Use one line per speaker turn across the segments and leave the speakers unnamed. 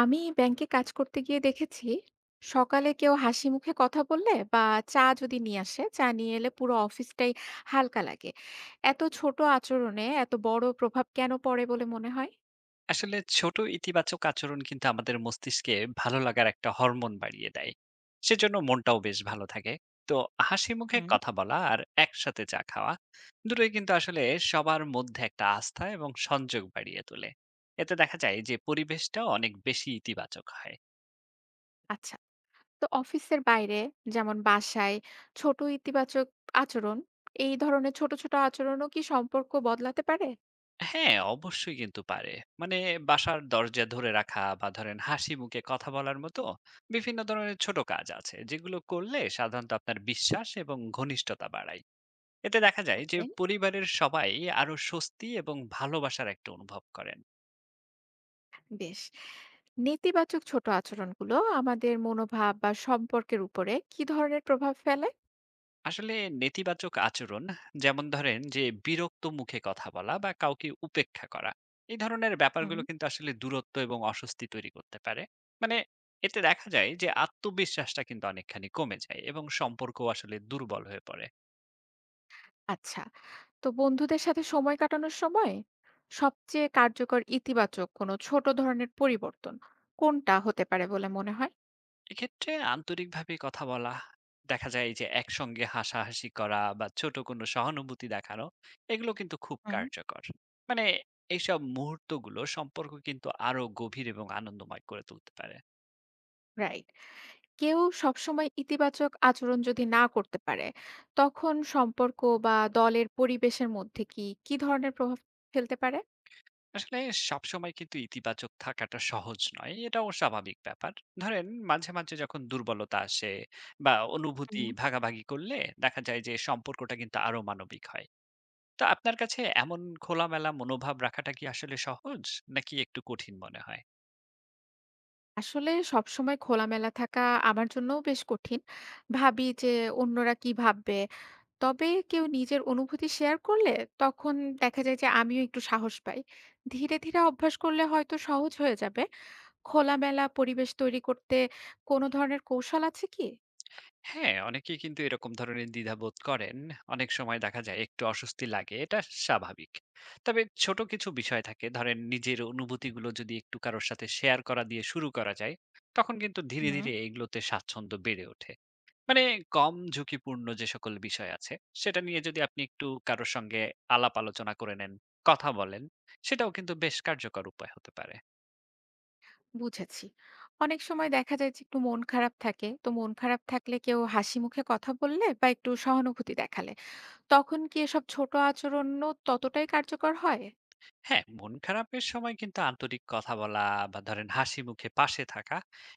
আমি ব্যাংকে কাজ করতে গিয়ে দেখেছি, সকালে কেউ হাসি মুখে কথা বললে বা চা যদি নিয়ে আসে, চা নিয়ে এলে পুরো অফিসটাই হালকা লাগে। এত ছোট আচরণে এত বড় প্রভাব কেন পড়ে বলে মনে হয়?
আসলে ছোট ইতিবাচক আচরণ কিন্তু আমাদের মস্তিষ্কে ভালো লাগার একটা হরমোন বাড়িয়ে দেয়। সেজন্য মনটাও বেশ ভালো থাকে। তো হাসি মুখে
হুম।
কথা বলা আর একসাথে চা খাওয়া দুটোই কিন্তু আসলে সবার মধ্যে একটা আস্থা এবং সংযোগ বাড়িয়ে তোলে। এতে দেখা যায় যে পরিবেশটা অনেক বেশি ইতিবাচক হয়।
আচ্ছা। তো অফিসের বাইরে, যেমন বাসায়, ছোট ইতিবাচক আচরণ, এই ধরনের ছোট ছোট আচরণও কি সম্পর্ক বদলাতে পারে?
হ্যাঁ, অবশ্যই কিন্তু পারে। মানে বাসার দরজা ধরে রাখা বা ধরেন হাসি মুখে কথা বলার মতো বিভিন্ন ধরনের ছোট কাজ আছে যেগুলো করলে সাধারণত আপনার বিশ্বাস এবং ঘনিষ্ঠতা বাড়ায়। এতে দেখা যায় যে
ওকে।
পরিবারের সবাই আরো স্বস্তি এবং ভালোবাসার একটা অনুভব করেন।
বেশ। নেতিবাচক ছোট আচরণগুলো আমাদের মনোভাব বা সম্পর্কের উপরে কি ধরনের প্রভাব ফেলে?
আসলে নেতিবাচক আচরণ যেমন ধরেন যে বিরক্ত মুখে কথা বলা বা কাউকে উপেক্ষা করা, এই ধরনের
হুম।
ব্যাপারগুলো কিন্তু আসলে দূরত্ব এবং অস্বস্তি তৈরি করতে পারে। মানে এতে দেখা যায় যে আত্মবিশ্বাসটা কিন্তু অনেকখানি কমে যায় এবং সম্পর্ক আসলে দুর্বল হয়ে পড়ে।
আচ্ছা। তো বন্ধুদের সাথে সময় কাটানোর সময় সবচেয়ে কার্যকর ইতিবাচক কোনো ছোট ধরনের পরিবর্তন কোনটা হতে পারে বলে মনে হয়?
এক্ষেত্রে আন্তরিকভাবে কথা বলা, দেখা যায় যে একসঙ্গে হাসাহাসি করা বা ছোট কোনো সহানুভূতি দেখানো, এগুলো কিন্তু খুব
হুম।
কার্যকর। মানে এইসব মুহূর্তগুলো সম্পর্ক কিন্তু আরো গভীর এবং আনন্দময় করে তুলতে পারে।
রাইট। কেউ সবসময় ইতিবাচক আচরণ যদি না করতে পারে, তখন সম্পর্ক বা দলের পরিবেশের মধ্যে কি কি ধরনের প্রভাব ফেলতে পারে?
আসলে সবসময় কিন্তু ইতিবাচক থাকাটা সহজ নয়, এটাও স্বাভাবিক ব্যাপার। ধরেন মাঝে মাঝে যখন দুর্বলতা আসে বা অনুভূতি
হুম।
ভাগাভাগি করলে দেখা যায় যে সম্পর্কটা কিন্তু আরো মানবিক হয়। তো আপনার কাছে এমন খোলামেলা মনোভাব রাখাটা কি আসলে সহজ, নাকি একটু কঠিন মনে হয়?
আসলে সবসময় খোলামেলা থাকা আমার জন্যও বেশ কঠিন। ভাবি যে অন্যরা কি ভাববে। তবে কেউ নিজের অনুভূতি শেয়ার করলে তখন দেখা যায় যে আমিও একটু সাহস পাই। ধীরে ধীরে অভ্যাস করলে হয়তো সহজ হয়ে যাবে। খোলামেলা পরিবেশ তৈরি করতে কোনো ধরনের কৌশল আছে কি?
হ্যাঁ, অনেকেই কিন্তু এরকম ধরনের দ্বিধাবোধ করেন। অনেক সময় দেখা যায় একটু অস্বস্তি লাগে। এটা স্বাভাবিক। তবে ছোট কিছু বিষয় থাকে। ধরেন নিজের অনুভূতিগুলো যদি একটু কারোর সাথে শেয়ার করা দিয়ে শুরু করা যায়, তখন কিন্তু ধীরে,
হুম।
ধীরে এগুলোতে স্বাচ্ছন্দ্য বেড়ে ওঠে। মানে কম ঝুঁকিপূর্ণ যে সকল বিষয় আছে, সেটা নিয়ে যদি আপনি একটু কারো সঙ্গে আলাপ আলোচনা করে নেন, কথা বলেন, সেটাও কিন্তু বেশ কার্যকর উপায় হতে পারে।
বুঝেছি। অনেক সময় দেখা যায় যে একটু মন খারাপ থাকে, তো মন খারাপ থাকলে কেউ হাসি মুখে কথা বললে বা একটু সহানুভূতি দেখালে তখন কি এসব ছোট আচরণও ততটাই কার্যকর হয়?
হ্যাঁ, মন খারাপের সময় কিন্তু আন্তরিক কথা বলা বা ধরেন হাসি মুখে পাশে থাকা,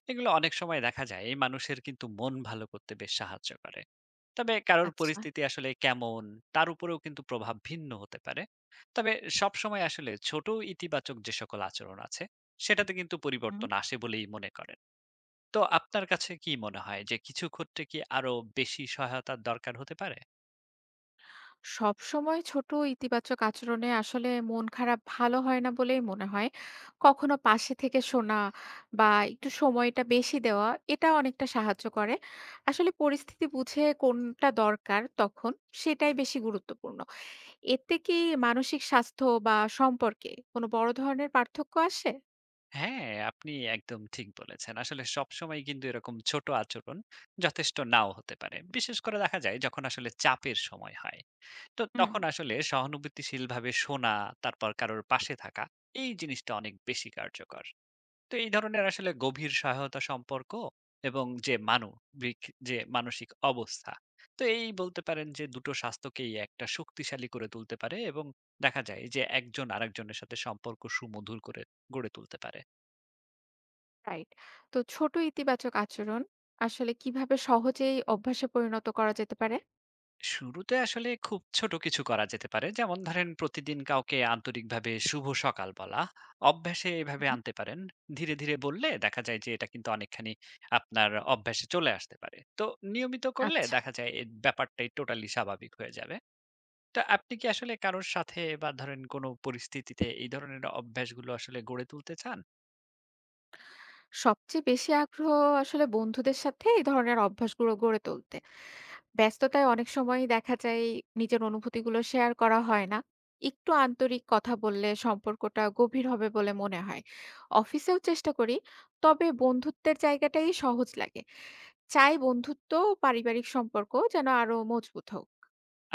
এগুলো অনেক সময় দেখা যায় এই মানুষের কিন্তু মন ভালো করতে বেশ সাহায্য করে। তবে কারোর
আচ্ছা।
পরিস্থিতি আসলে কেমন, তার উপরেও কিন্তু প্রভাব ভিন্ন হতে পারে। তবে সবসময় আসলে ছোট ইতিবাচক যে সকল আচরণ আছে, সেটাতে কিন্তু
হুম।
পরিবর্তন আসে বলেই মনে করেন। তো আপনার কাছে কি মনে হয় যে কিছু ক্ষেত্রে কি আরো বেশি সহায়তার দরকার হতে পারে?
সবসময় ছোট ইতিবাচক আচরণে আসলে মন খারাপ ভালো হয় না বলেই মনে হয়। কখনো পাশে থেকে শোনা বা একটু সময়টা বেশি দেওয়া এটা অনেকটা সাহায্য করে। আসলে পরিস্থিতি বুঝে কোনটা দরকার, তখন সেটাই বেশি গুরুত্বপূর্ণ। এতে কি মানসিক স্বাস্থ্য বা সম্পর্কে কোনো বড় ধরনের পার্থক্য আসে?
হ্যাঁ, আপনি একদম ঠিক বলেছেন। আসলে সবসময় কিন্তু এরকম ছোট আচরণ যথেষ্ট নাও হতে পারে। বিশেষ করে দেখা যায় যখন আসলে চাপের সময় হয়। তো
হুম।
তখন আসলে সহানুভূতিশীলভাবে শোনা, তারপর কারোর পাশে থাকা, এই জিনিসটা অনেক বেশি কার্যকর। তো এই ধরনের আসলে গভীর সহায়তা সম্পর্ক এবং যে মানসিক অবস্থা। তো এই বলতে পারেন যে দুটো স্বাস্থ্যকেই একটা শক্তিশালী করে তুলতে পারে এবং দেখা যায় যে একজন আরেকজনের সাথে সম্পর্ক সুমধুর করে গড়ে তুলতে পারে।
রাইট। তো ছোট ইতিবাচক আচরণ আসলে কিভাবে সহজেই অভ্যাসে পরিণত করা যেতে পারে?
শুরুতে আসলে খুব ছোট কিছু করা যেতে পারে, যেমন ধরেন প্রতিদিন কাউকে আন্তরিকভাবে শুভ সকাল বলা, অভ্যাসে এভাবে
হুম।
আনতে পারেন। ধীরে ধীরে বললে দেখা যায় যে এটা কিন্তু অনেকখানি আপনার অভ্যাসে চলে আসতে পারে। তো নিয়মিত করলে
আচ্ছা।
দেখা যায় এই ব্যাপারটাই টোটালি স্বাভাবিক হয়ে যাবে। তো আপনি কি আসলে কারোর সাথে বা ধরেন কোনো পরিস্থিতিতে এই ধরনের অভ্যাসগুলো আসলে গড়ে তুলতে চান?
সবচেয়ে বেশি আগ্রহ আসলে বন্ধুদের সাথে এই ধরনের অভ্যাসগুলো গড়ে তুলতে। ব্যস্ততায় অনেক সময়ই দেখা যায় নিজের অনুভূতিগুলো শেয়ার করা হয় না। একটু আন্তরিক কথা বললে সম্পর্কটা গভীর হবে বলে মনে হয়। অফিসেও চেষ্টা করি, তবে বন্ধুত্বের জায়গাটাই সহজ লাগে। চাই বন্ধুত্ব ও পারিবারিক সম্পর্ক যেন আরো মজবুত হোক।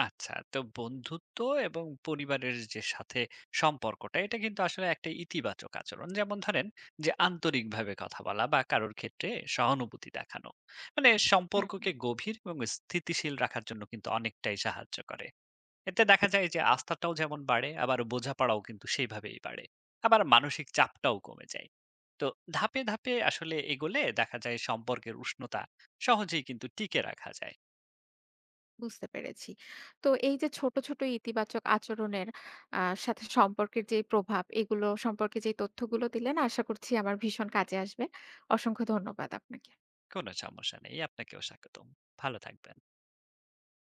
আচ্ছা, তো বন্ধুত্ব এবং পরিবারের যে সাথে সম্পর্কটা, এটা কিন্তু আসলে একটা ইতিবাচক আচরণ। যেমন ধরেন যে আন্তরিকভাবে কথা বলা বা কারোর ক্ষেত্রে সহানুভূতি দেখানো। মানে
হুম।
সম্পর্ককে গভীর এবং স্থিতিশীল রাখার জন্য কিন্তু অনেকটাই সাহায্য করে। এতে দেখা যায় যে আস্থাটাও যেমন বাড়ে, আবার বোঝাপড়াও কিন্তু সেইভাবেই বাড়ে। আবার মানসিক চাপটাও কমে যায়। তো ধাপে ধাপে আসলে এগোলে দেখা যায় সম্পর্কের উষ্ণতা সহজেই কিন্তু টিকে রাখা যায়।
বুঝতে পেরেছি। তো এই যে ছোট, ছোট ইতিবাচক আচরণের আ সাথে সম্পর্কের যে প্রভাব, এগুলো সম্পর্কে যে তথ্যগুলো দিলেন আশা করছি আমার ভীষণ কাজে আসবে। অসংখ্য ধন্যবাদ আপনাকে।
কোনো সমস্যা নেই। আপনাকেও স্বাগতম। ভালো থাকবেন।